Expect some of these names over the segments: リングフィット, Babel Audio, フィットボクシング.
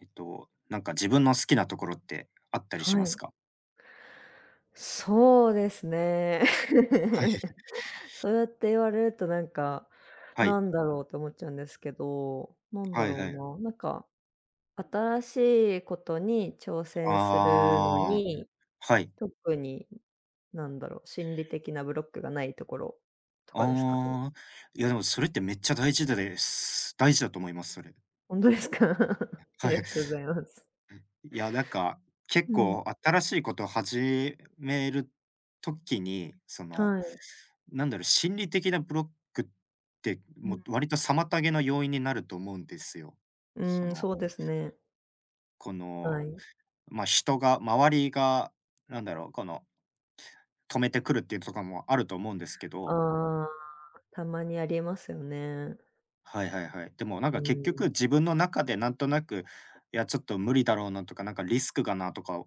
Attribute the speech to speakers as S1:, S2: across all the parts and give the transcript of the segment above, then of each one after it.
S1: なんか自分の好きなところってあったりしま
S2: は
S1: す
S2: い。
S1: か？
S2: そうですね。
S1: はい。
S2: そうやって言われるとなんか、
S1: はい。
S2: なんだろうと思っちゃうんですけど、なんだ
S1: はい
S2: ろ
S1: は
S2: う
S1: い。
S2: な、なんか、新しいことに挑戦するの
S1: ああ、
S2: に、
S1: はい。
S2: 特に、なんだろう、心理的なブロックがないところとかですかね。
S1: ああ、いやでもそれってめっちゃ大事だです。大事だと思います、それ。
S2: 本当ですか？あ
S1: は
S2: り
S1: い。
S2: がとうございます。
S1: いや、なんか、結
S2: うん、
S1: 構新しいことを始めるときに、その、
S2: はい。
S1: なんだろう、心理的なブロックって、
S2: う
S1: もう
S2: ん、
S1: 割と妨げの要因になると思うんですよ。
S2: う
S1: そ
S2: ん、
S1: の、
S2: そうですね。
S1: こ
S2: は
S1: の、
S2: い。
S1: ま、人が周りが、なんだろう、この止めてくるっていうとかもあると思うんですけど、
S2: ああ、たまにありますよね。
S1: はいはいはい。でもなん
S2: う
S1: か結局
S2: ん。
S1: 自分の中でなんとなく、いやちょっと無理だろうなとか、なんかリスクがなとか、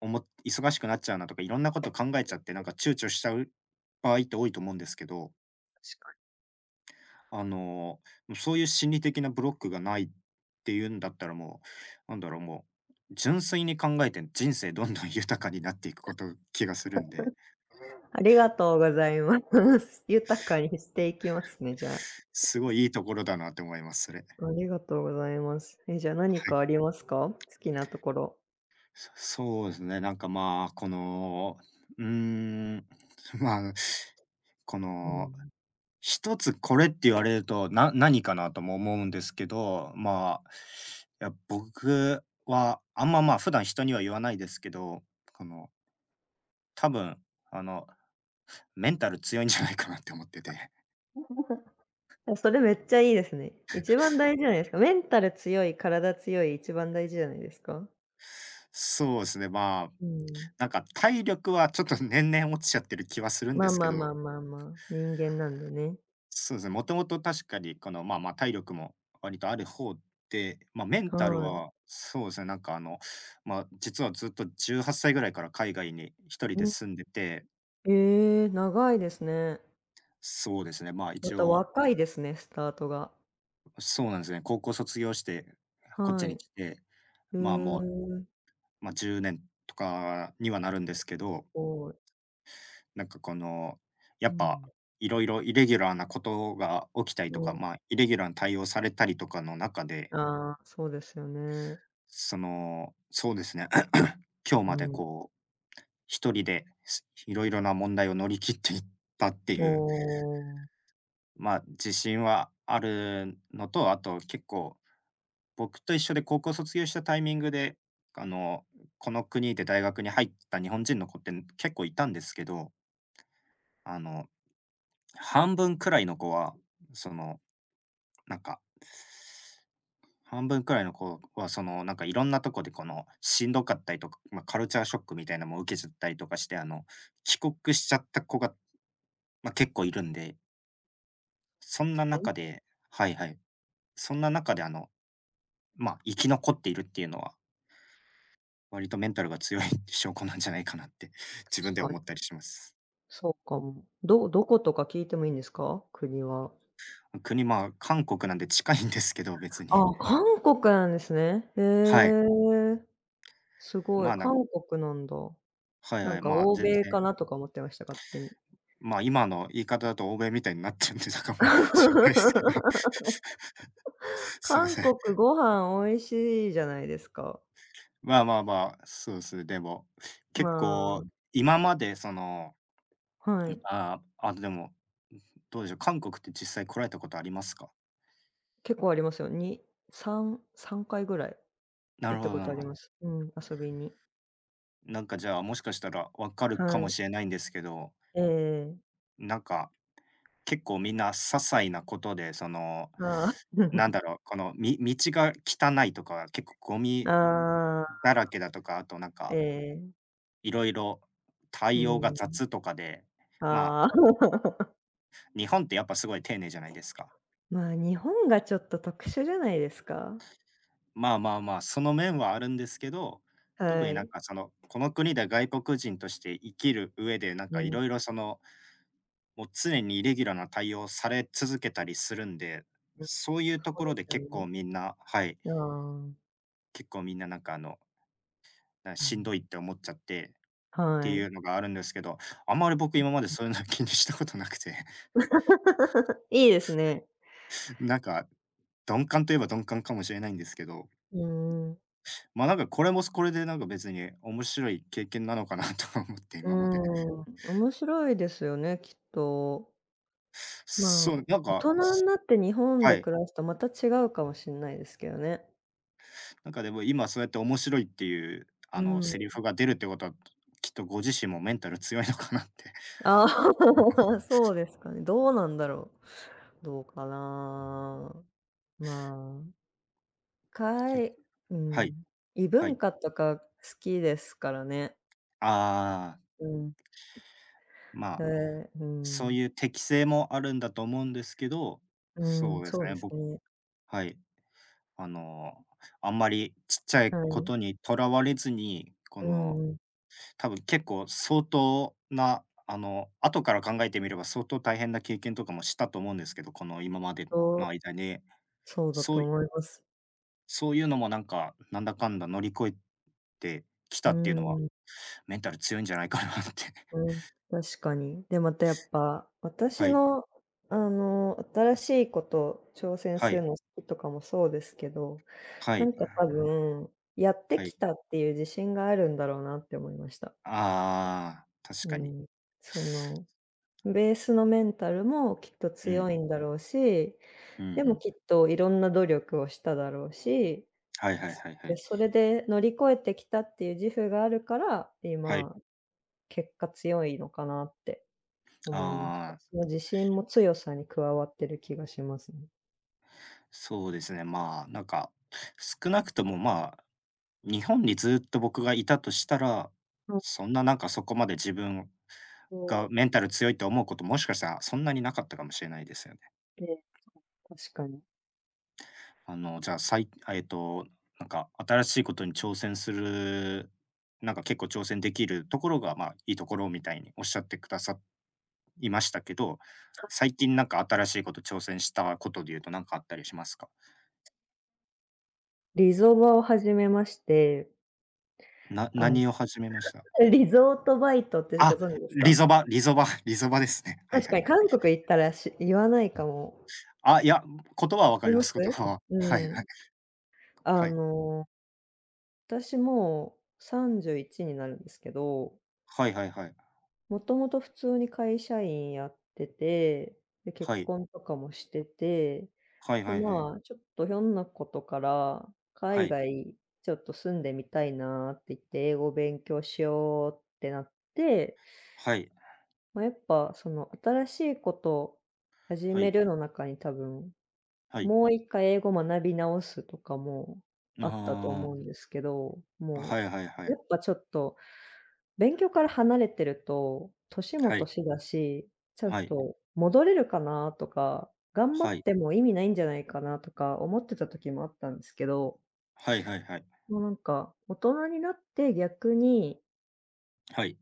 S1: 忙しくなっちゃうなとか、いろんなこと考えちゃって、なんか躊躇しちゃう場合って多いと思うんですけど、
S2: 確かに。
S1: あの、そういう心理的なブロックがないっていうんだったらもう、なんだろう、もう純粋に考えて人生どんどん豊かになっていくこと気がするんで、
S2: ありがとうございます。豊かにしていきますね、じゃあ。
S1: すごいいいところだなって思います、それ。は
S2: ありがとうございます。え、じゃあ何
S1: い。
S2: かありますか？好きなところ。
S1: そうですね、なんかまあ、この、うーん、まあ、こ
S2: う
S1: の、
S2: ん。
S1: 一つこれって言われると、何かなとも思うんですけど、まあ、いや、僕は、あんま、まあ、普段人には言わないですけど、この、多分、あの、メンタル強いんじゃないかなって思ってて。
S2: あ、それめっちゃいいですね。一番大事じゃないですか。メンタル強い、体強い、一番大事じゃないですか？
S1: そうですね、まあ、
S2: うん。
S1: なんか体力はちょっと年々落ちちゃってる気はするん
S2: ま
S1: で
S2: あ
S1: すけ
S2: まあま
S1: ど。
S2: あまあまあ、人間なんでね。
S1: そうですね、もともと確かにこの、まあまあ、体力も割とある方で、まあ、メンタル
S2: はい。
S1: はそうですね、なんかあの、まあ、実はずっと18歳ぐらいから海外に一人で
S2: うん。
S1: 住んでて、
S2: ええ、長いですね。
S1: そうですね、まあ、
S2: ま
S1: 一
S2: た
S1: 応、
S2: 若いですね、スタートが。
S1: そうなんですね、高校卒業してこっち
S2: はい。
S1: に来て、
S2: へ
S1: まあ、も
S2: ーす
S1: う、まあ、10年とかにはなるんですけど、
S2: ごい。
S1: なんかこの、や
S2: う
S1: っぱ、
S2: ん。
S1: いろいろイレギュラーなことが起きたりと
S2: う
S1: か、
S2: ん。
S1: まあ、イレギュラーに対応されたりとかの中で、
S2: ああ、そうですよね。
S1: その、そうですね。今日
S2: う
S1: まで
S2: ん。
S1: こう、一人で、いろいろな問題を乗り切っていったっていう、
S2: おお。
S1: まあ、自信はあるのと、あと結構、僕と一緒で高校卒業したタイミングで、あの、この国で大学に入った日本人の子って結構いたんですけど、あの、半分くらいの子は、その、なんか半分くらいの子は、その、なんかいろんなとこでこの、しんどかったりとか、まあ、カルチャーショックみたいなのも受けちゃったりとかして、あの、帰国しちゃった子が、まあ、結構いるんで、そん
S2: で
S1: な
S2: すね。
S1: 中ではいはい。そんな中であの、まあ、生き残っているっていうのは、割とメンタルが強い 証拠なんじゃないかなって、自分
S2: 確
S1: では
S2: か
S1: 思
S2: に。
S1: ったりします。
S2: そうかも。どどことか聞いてもいいんですか？国は。
S1: 国、まあ、韓国なんで近いんですけど、別に。
S2: ああ、韓国なんですね。へ
S1: はい。
S2: え、すご
S1: ま
S2: い。
S1: あ、なん
S2: 韓
S1: か
S2: 国なんだ。
S1: はい
S2: な
S1: は
S2: ん
S1: い、
S2: か
S1: まあ、
S2: 欧
S1: 全
S2: 米
S1: 然、
S2: かなとか思ってました、勝手に。
S1: まあ、今の言い方だと欧米みたいになっちゃうんで、だから、まあ、しんないですけど。すいま
S2: 韓
S1: せん。
S2: 国ご飯美味しいじゃないですか。
S1: まあまあまあ、そうですねでも、
S2: ま
S1: 結構、
S2: あ、
S1: 今までその、
S2: はい。
S1: ああ、あ、でも、どうでしょう、韓国って実際来られたことありますか？
S2: 結構ありますよ。に3回ぐらい
S1: なる
S2: 行っ
S1: ほ
S2: た
S1: ど
S2: こ
S1: な
S2: と
S1: る
S2: あ
S1: ほ
S2: り
S1: ど。
S2: ます。うん、遊びに。
S1: なんかじゃあ、もしかしたら分かるか
S2: は
S1: も
S2: い。
S1: しれないんですけど、
S2: ええ。
S1: なんか、結構みんな些細なことで、その、
S2: ああ。
S1: なん だろう、この、道が汚いとか、結構ゴ
S2: あ
S1: ミ
S2: あ、
S1: だらけだとか、あとなん
S2: え
S1: か、
S2: え、
S1: いろいろ
S2: う
S1: 対応が
S2: ん。
S1: 雑とかで、まあ、
S2: ああ。
S1: 日本ってやっぱすごい丁寧じゃないですか。
S2: まあ、日本がちょっと特殊じゃないですか？
S1: まあまあまあ、その面はあるんですけど、特
S2: は
S1: になん
S2: い。
S1: かその、この国で外国人として生きる上で、なん
S2: う
S1: かい
S2: ん、
S1: ろいろその、もう常にイレギュラーな対応され続けたりするんで、
S2: うん。
S1: そういう
S2: そ
S1: と
S2: う
S1: こ
S2: で
S1: ろで
S2: すよ
S1: 結構
S2: ね。
S1: みんなはい、
S2: ああ、
S1: 結構みんななんかあの、
S2: う
S1: しんど
S2: ん。
S1: いって思っちゃって、って
S2: は
S1: い
S2: い。
S1: うのがあるんですけど、あんまり僕今までそういうの気にしたことなくて、
S2: いいですね。
S1: なんか、鈍感といえば鈍感かもしれないんですけど、
S2: うん、
S1: なんかこれもこれでなんか別に面白い経験なのかなと思って、
S2: う
S1: 今まで。
S2: ん、面白いですよね、きっと。ま
S1: そ
S2: あ、
S1: う、なん
S2: 大
S1: か、
S2: 人になって日本
S1: は
S2: で
S1: い。
S2: 暮らすとまた違うかもしれないですけどね。
S1: なんかでも今そうやって面白いっていう、
S2: う
S1: あの、
S2: ん。
S1: セリフが出るってことは、きっとご自身もメンタル強いのかなって。
S2: ああ、そうですかね。どうなんだろう。どうかな。まあ、か
S1: け
S2: いう
S1: はい、
S2: ん、異
S1: は
S2: 文
S1: い。
S2: 化とか好きですからね。
S1: ああ、
S2: うん。
S1: ま
S2: え
S1: あ、
S2: え、う
S1: そう
S2: ん。
S1: いう適性もあるんだと思うんですけど、
S2: う
S1: そ
S2: ん、
S1: うです
S2: そう
S1: ね、
S2: です
S1: 僕
S2: ね。
S1: はい。あの、あんまりちっちゃい
S2: は
S1: こ
S2: い。
S1: とにとらわれずに、こ
S2: う
S1: の、
S2: んうん。
S1: 多分結構相当な、あの、後から考えてみれば相当大変な経験とかもしたと思うんですけど、この今まで
S2: そ
S1: の
S2: う、
S1: 間に。
S2: そうだ
S1: そ
S2: と
S1: うい
S2: 思います。
S1: そういうのもなんか、なんだかんだ乗り越えてき
S2: う
S1: たっていうのは、
S2: ん、
S1: メンタル強いんじゃないかなって。
S2: うん、確かに。で、またやっぱ、
S1: は
S2: 私
S1: い、
S2: の、あの、新しいこと挑戦
S1: は
S2: す
S1: い、
S2: るの好きとかもそうですけど、
S1: は
S2: な
S1: い、
S2: んか多分、やって
S1: は
S2: き
S1: い。
S2: たっていう自信があるんだろうなって思いました。
S1: ああ、確
S2: う
S1: かに。
S2: ん、その、ベースのメンタルもきっと
S1: う
S2: 強
S1: ん、
S2: いんだろうし、
S1: うんう
S2: でも
S1: ん。
S2: きっといろんな努力をしただろうし、
S1: はいはいはいは
S2: で、
S1: い。
S2: それで乗り越えてきたっていう自負があるから、
S1: はい。
S2: 今、結果強いのかなって
S1: あ
S2: 思いました。
S1: あ、
S2: その自信も強さに加わってる気がしますね。
S1: そうですね、まあ、なんか、少なくともまあ、日本にずっと僕がいたとしたら、
S2: うん、
S1: そんななんかそこまで自分
S2: そ
S1: がメンタル強いと思うこと、もしかしたらそんなになかったかもしれないですよね。
S2: う、で、確かに。
S1: あの、じゃあ、さいあ、えっと、なんか新しいことに挑戦する、なんか結構挑戦できるところが、まあ、いいところみたいにおっしゃってくださいましたけど、最近なんか新しいこと挑戦したことで言うと何かあったりしますか？
S2: リゾバを始めまして、あの、
S1: 何を始めました？
S2: リゾートバイトってご
S1: あ、
S2: 存知です
S1: リゾ
S2: か？
S1: バリゾバ リゾバですね。はい
S2: 確
S1: は
S2: か
S1: い
S2: に
S1: はい。
S2: 韓国行ったらし言わないかも。
S1: あ、いや、言葉は分か
S2: 見
S1: りま
S2: ま
S1: す、
S2: す？
S1: 言葉は。
S2: う
S1: はいはい。
S2: ん。あ
S1: はい。
S2: の、私もう31になるんですけど、
S1: はいはいはい。
S2: もともと普通に会社員やってて、で、
S1: は
S2: 結
S1: い。
S2: 婚とかもしてて、
S1: はい
S2: で、
S1: はいはい。
S2: まあ、ちょっとひょんなことから
S1: は
S2: 海
S1: い。
S2: 外ちょっと住んでみたいなって言って、英語勉強しようってなって、
S1: はい。
S2: まあ、やっぱその新しいこと始
S1: は
S2: め
S1: い。
S2: るの中に多分
S1: はい。
S2: もう一回英語学び直すとかもあったと
S1: あ
S2: 思うんですけど、
S1: あ。
S2: も
S1: は
S2: う、
S1: いはいは
S2: や
S1: い。
S2: っぱちょっと勉強から離れてると、年も
S1: はい。
S2: 年だし、ちゃん
S1: はい。
S2: と戻れるかなとか、頑張
S1: は
S2: っ
S1: い。
S2: ても意味ないんじゃないかなとか思ってた時もあったんですけど、
S1: はいはいはい。
S2: もうなんか、大人になって逆に
S1: はい。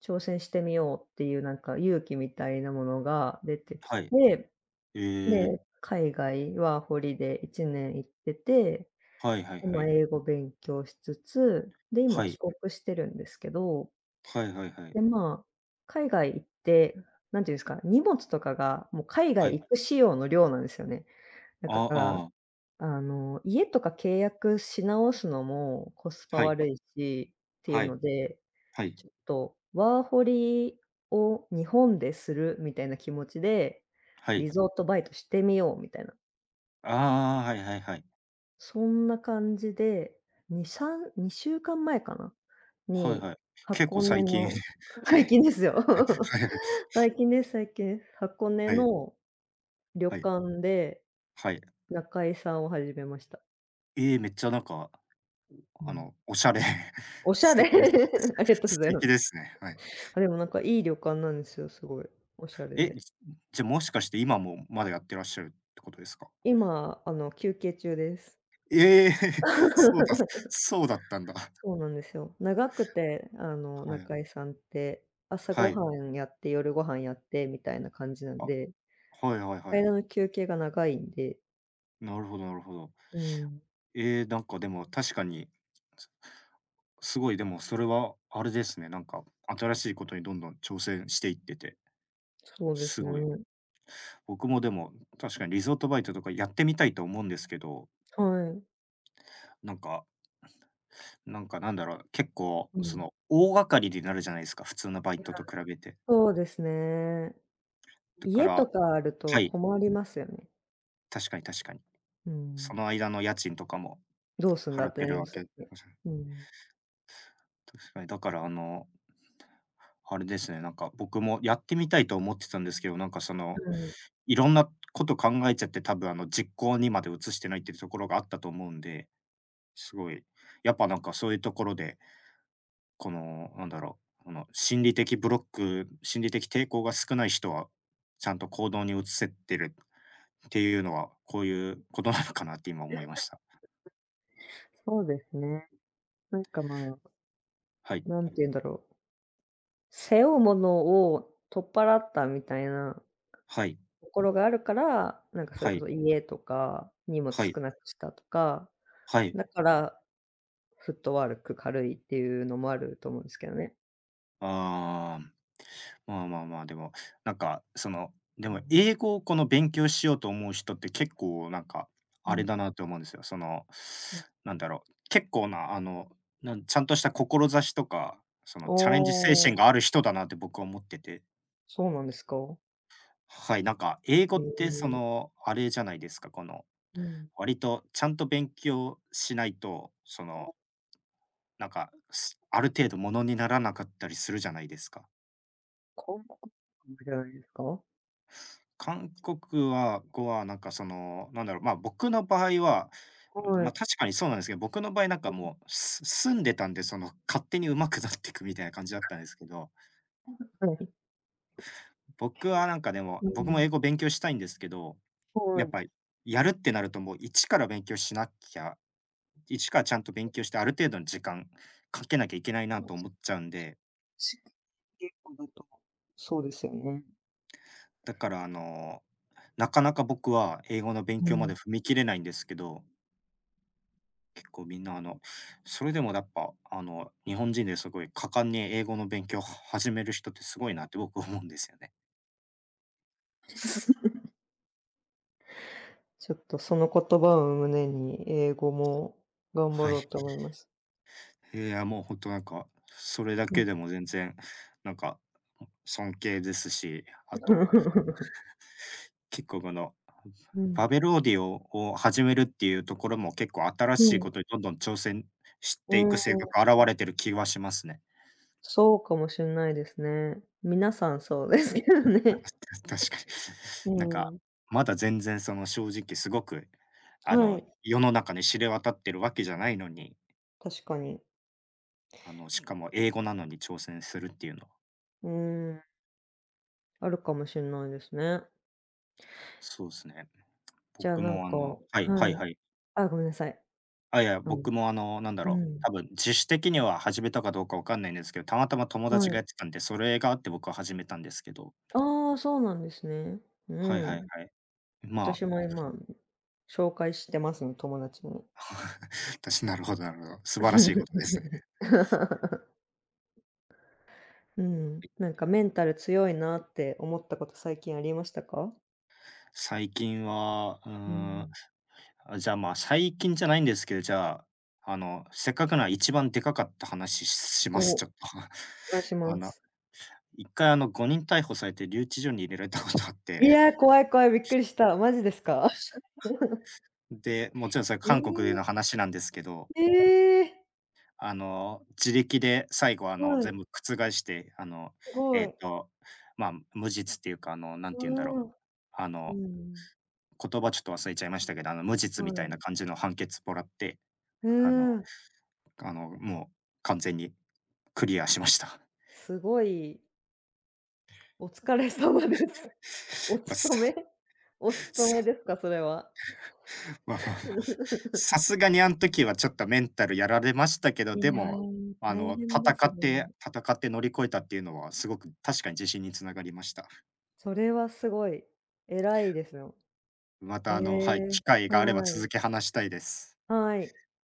S2: 挑戦してみようっていうなんか勇気みたいなものが出てき
S1: はい。
S2: て、
S1: ええ。
S2: で、海外ワーホリで1年行ってて、
S1: はいはい
S2: で、
S1: は
S2: まあ、
S1: い。
S2: 英語勉強しつつ、で、今
S1: は
S2: 帰
S1: い。
S2: 国してるんですけど、
S1: はいはいはい。
S2: で、まあ、海外行って、なんていうんですか、荷物とかがもう海
S1: は
S2: 外
S1: い。
S2: 行く仕様の量なんですよね。
S1: あ
S2: だか
S1: あ、
S2: ら、
S1: はい。
S2: あの、家とか契約し直すのもコスパ
S1: はい。
S2: 悪いしっていう
S1: はい。
S2: ので、ちょっとワーホリを日本でするみたいな気持ちで、
S1: はい。
S2: リゾートバイトしてみようみたいな
S1: ああ、はいはいはい。
S2: そんな感じで、にさん2週間前かんまえかな？
S1: はい
S2: に、
S1: はい。結構
S2: 箱根
S1: 最近
S2: の
S1: は
S2: 最
S1: い。
S2: 近ですよ。
S1: はい。
S2: 最近です最近です。箱根
S1: はい。
S2: の旅
S1: はい。
S2: 館で
S1: はい。
S2: 中居さんを始めました。
S1: ええ、めっちゃなんか、
S2: う
S1: あ
S2: ん。
S1: の、おしゃれ。
S2: おしゃ
S1: 素
S2: れ
S1: 敵です。
S2: ありがとうご
S1: 素
S2: ざいま
S1: 敵
S2: す。
S1: ですね。はい。
S2: あ、でもなんかいい旅館なんですよ、すごい。おしゃれ
S1: え、
S2: で。
S1: じゃ、もしかして今もまだやってらっしゃるってことですか？
S2: 今、あの、休憩中です。
S1: ええ そうだ そうだったんだ。
S2: そうなんですよ。長くて、あの、
S1: はい。
S2: 中居さんって、朝
S1: は
S2: ご
S1: い。
S2: はんやって、夜ご飯やってみたいな感じなん
S1: あ、
S2: で
S1: はいはいはい。
S2: 間の休憩が長いんで、
S1: なるほどなるほど。
S2: うん、
S1: なんかでも確かに、すすごいでもそれはあれですね、なんか新しいことにどんどん挑戦していってて、
S2: そうで
S1: す
S2: すね。
S1: ごい。僕もでも確かにリゾートバイトとかやってみたいと思うんですけど、
S2: はい。
S1: なんかなんかなんだろう、結構
S2: う
S1: そ
S2: ん。
S1: の大掛かりになるじゃないですか、普通のバイトと比べて。
S2: そうですね。
S1: だか
S2: 家
S1: ら
S2: とかある
S1: は
S2: と
S1: い、
S2: 困りますよね。
S1: 確かに確かに。
S2: う
S1: そ
S2: ん。
S1: の間の家賃とかも
S2: どうすんだ
S1: 払っ
S2: って
S1: て
S2: なり
S1: るわ
S2: ます
S1: け
S2: よね。
S1: 確
S2: うん。
S1: かに。だからあのあれですね、僕もやってみたいと思ってたんですけど、
S2: はい。
S1: いろんなこと考えちゃって、多分実行にまで移してないっていうところがあったと思うんで、すごい、やっぱそういうところで、この、なんだろう、この心理的ブロック、心理的抵抗が少ない人は、ちゃんと行動に移せってるっていうのは、こういうことなのかなって今思いました。
S2: そうですね。なんか、ま
S1: はい。
S2: あ、なんて言うんだろう、背負うものを取っ払ったみたいな
S1: はい。
S2: ところがあるから、なんかそれ
S1: は
S2: こ
S1: い。
S2: そ家とか、荷物
S1: はい。
S2: 少なくしたとか、
S1: はい。
S2: だからフットワーク軽いっていうのもあると思うんですけどね。
S1: ああ。まあまあまあ、でも、なんか、その、で
S2: う
S1: も
S2: ん。
S1: 英語をこの勉強しようと思う人って結構あ
S2: う
S1: れ
S2: ん。
S1: だなと思うんですよ。その、
S2: うん。
S1: なんだろう、結構な、あの、ちゃんとした志とか、その
S2: あ
S1: チャレンジ精神
S2: あ、
S1: がある人だなって僕は思ってて。
S2: そうなんですか？
S1: はい、英語
S2: え
S1: ってそ
S2: え、
S1: の、あれじゃないですか、この、
S2: うん。
S1: 割とちゃんと勉強しないと、その、
S2: あ
S1: ある程度ものにならなかったりするじゃないですか。
S2: 韓国 じゃないですか？
S1: 韓国は語は僕の場合は、
S2: は
S1: ま、
S2: い
S1: 確かにそうなんですけど、僕の場合もう住んでたんで、その、勝手に上手くなっていくみたいな感じだったんですけど、
S2: はい。
S1: 僕はなんかでも、
S2: う
S1: 僕も英
S2: ん。
S1: 語勉強したいんですけど、や
S2: は
S1: っぱ
S2: い。
S1: りやるってなるともう一から勉強しなきゃ、一からちゃんと勉強して、ある程度の時間かけなきゃいけないな
S2: か
S1: と
S2: し
S1: 思っちゃうんで、
S2: しき言だと、そうですよね。
S1: だからあの、なかなか僕は英語の勉
S2: う
S1: 強ま
S2: ん。
S1: で踏み切れないんですけど、結構みんな、あの、それでもやっぱ、あの、日本人ですごい果敢に英語の勉強を 始める人ってすごいなって 僕思うんですよね。
S2: ちょっとその言葉を胸に、英語も頑張
S1: はい。
S2: ろうと思います。
S1: いや、もうほんとそれだ
S2: う
S1: け
S2: ん。
S1: でも全然、なんか、尊敬ですし、あと、結構この、
S2: う
S1: バ
S2: ん。
S1: ベルオーディオを始めるっていうところも結構新
S2: う
S1: しいこ
S2: ん。
S1: とにどんどん挑戦し
S2: う
S1: て
S2: ー
S1: いく
S2: ん、
S1: 性格現れてる気はしますね。
S2: そうかもしんないですね。皆さんそうですけどね。
S1: た確かに。
S2: う
S1: なんか、
S2: ん、
S1: まだ全然その正直すごく、あ
S2: は
S1: の、
S2: い、
S1: 世の中に知れ渡ってるわけじゃないのに、
S2: 確かに。
S1: あの、しかも英語なのに挑戦するっていうのは、
S2: うーん。あるかもしんないですね。
S1: そうですね。
S2: じゃあ
S1: 僕
S2: なん
S1: もあ
S2: か
S1: のはいは
S2: は
S1: い
S2: い。
S1: はい。
S2: あ、ごめんなさい。
S1: あ、いや、
S2: うん
S1: 僕も
S2: うん。
S1: 多分自主的には始めたかどうかわかんないんですけど、たまたま友達
S2: は
S1: がや
S2: い。
S1: ってたんで、それがあって僕は始めたんですけど。
S2: ああ、そうなんですね。う
S1: はいはい
S2: ん。
S1: はい。ま
S2: 私も
S1: あ、
S2: 今、紹介してますね、友達に。
S1: 私なるほどなるほど。素晴らしいことですね。
S2: うん。なんかメンタル強いなって思ったこと最近ありましたか？
S1: 最近は、うー
S2: う
S1: ん、
S2: ん。
S1: あ、じゃあ、まあ、最近じゃないんですけど、じゃあ、あの、せっかくなら一番でかかった話しします、ちょ
S2: お
S1: っと。
S2: 願いし
S1: あ
S2: ま
S1: の、
S2: す。
S1: 一回あの、5人逮捕されて留置所に入れられたことあって、
S2: いや、怖い怖い、びっくりした。マジですか？
S1: で、もちろんそれ
S2: え
S1: 韓国での
S2: え。
S1: 話なんですけど、
S2: ええ。
S1: あの、自力で最後あの、
S2: は
S1: 全
S2: い、
S1: 部覆して、あの、
S2: す
S1: え
S2: ご
S1: っ
S2: い。
S1: と、まあ、無実っていうか、あの、なんて
S2: う
S1: 言うんだろう。
S2: ーん。
S1: あ
S2: う
S1: の、
S2: ん。
S1: 言葉ちょっと忘れちゃいましたけど、あの、無実み
S2: は
S1: たいな
S2: い。
S1: 感じの判決もらって、
S2: うー
S1: あの
S2: ん、
S1: あの、もう完全にクリアしました。
S2: すごいお疲れ様です。お
S1: ま、
S2: 勤
S1: さ
S2: め お勤め
S1: さ
S2: ですか？それは。
S1: まあまあまあ、さすがにあん時はちょっとメンタルやられましたけど、
S2: い
S1: で
S2: や、
S1: も、あ
S2: 大
S1: の、
S2: 変だ、そ
S1: 戦
S2: れ
S1: っ
S2: は。
S1: て戦って乗り越えたっていうのは、すごく確かに自信につながりました。
S2: それはすごい、偉いですよ。
S1: ま
S2: へ
S1: た、あのはい、
S2: え、
S1: 機会があれば
S2: は
S1: 続
S2: い、
S1: き話したいです。
S2: はい。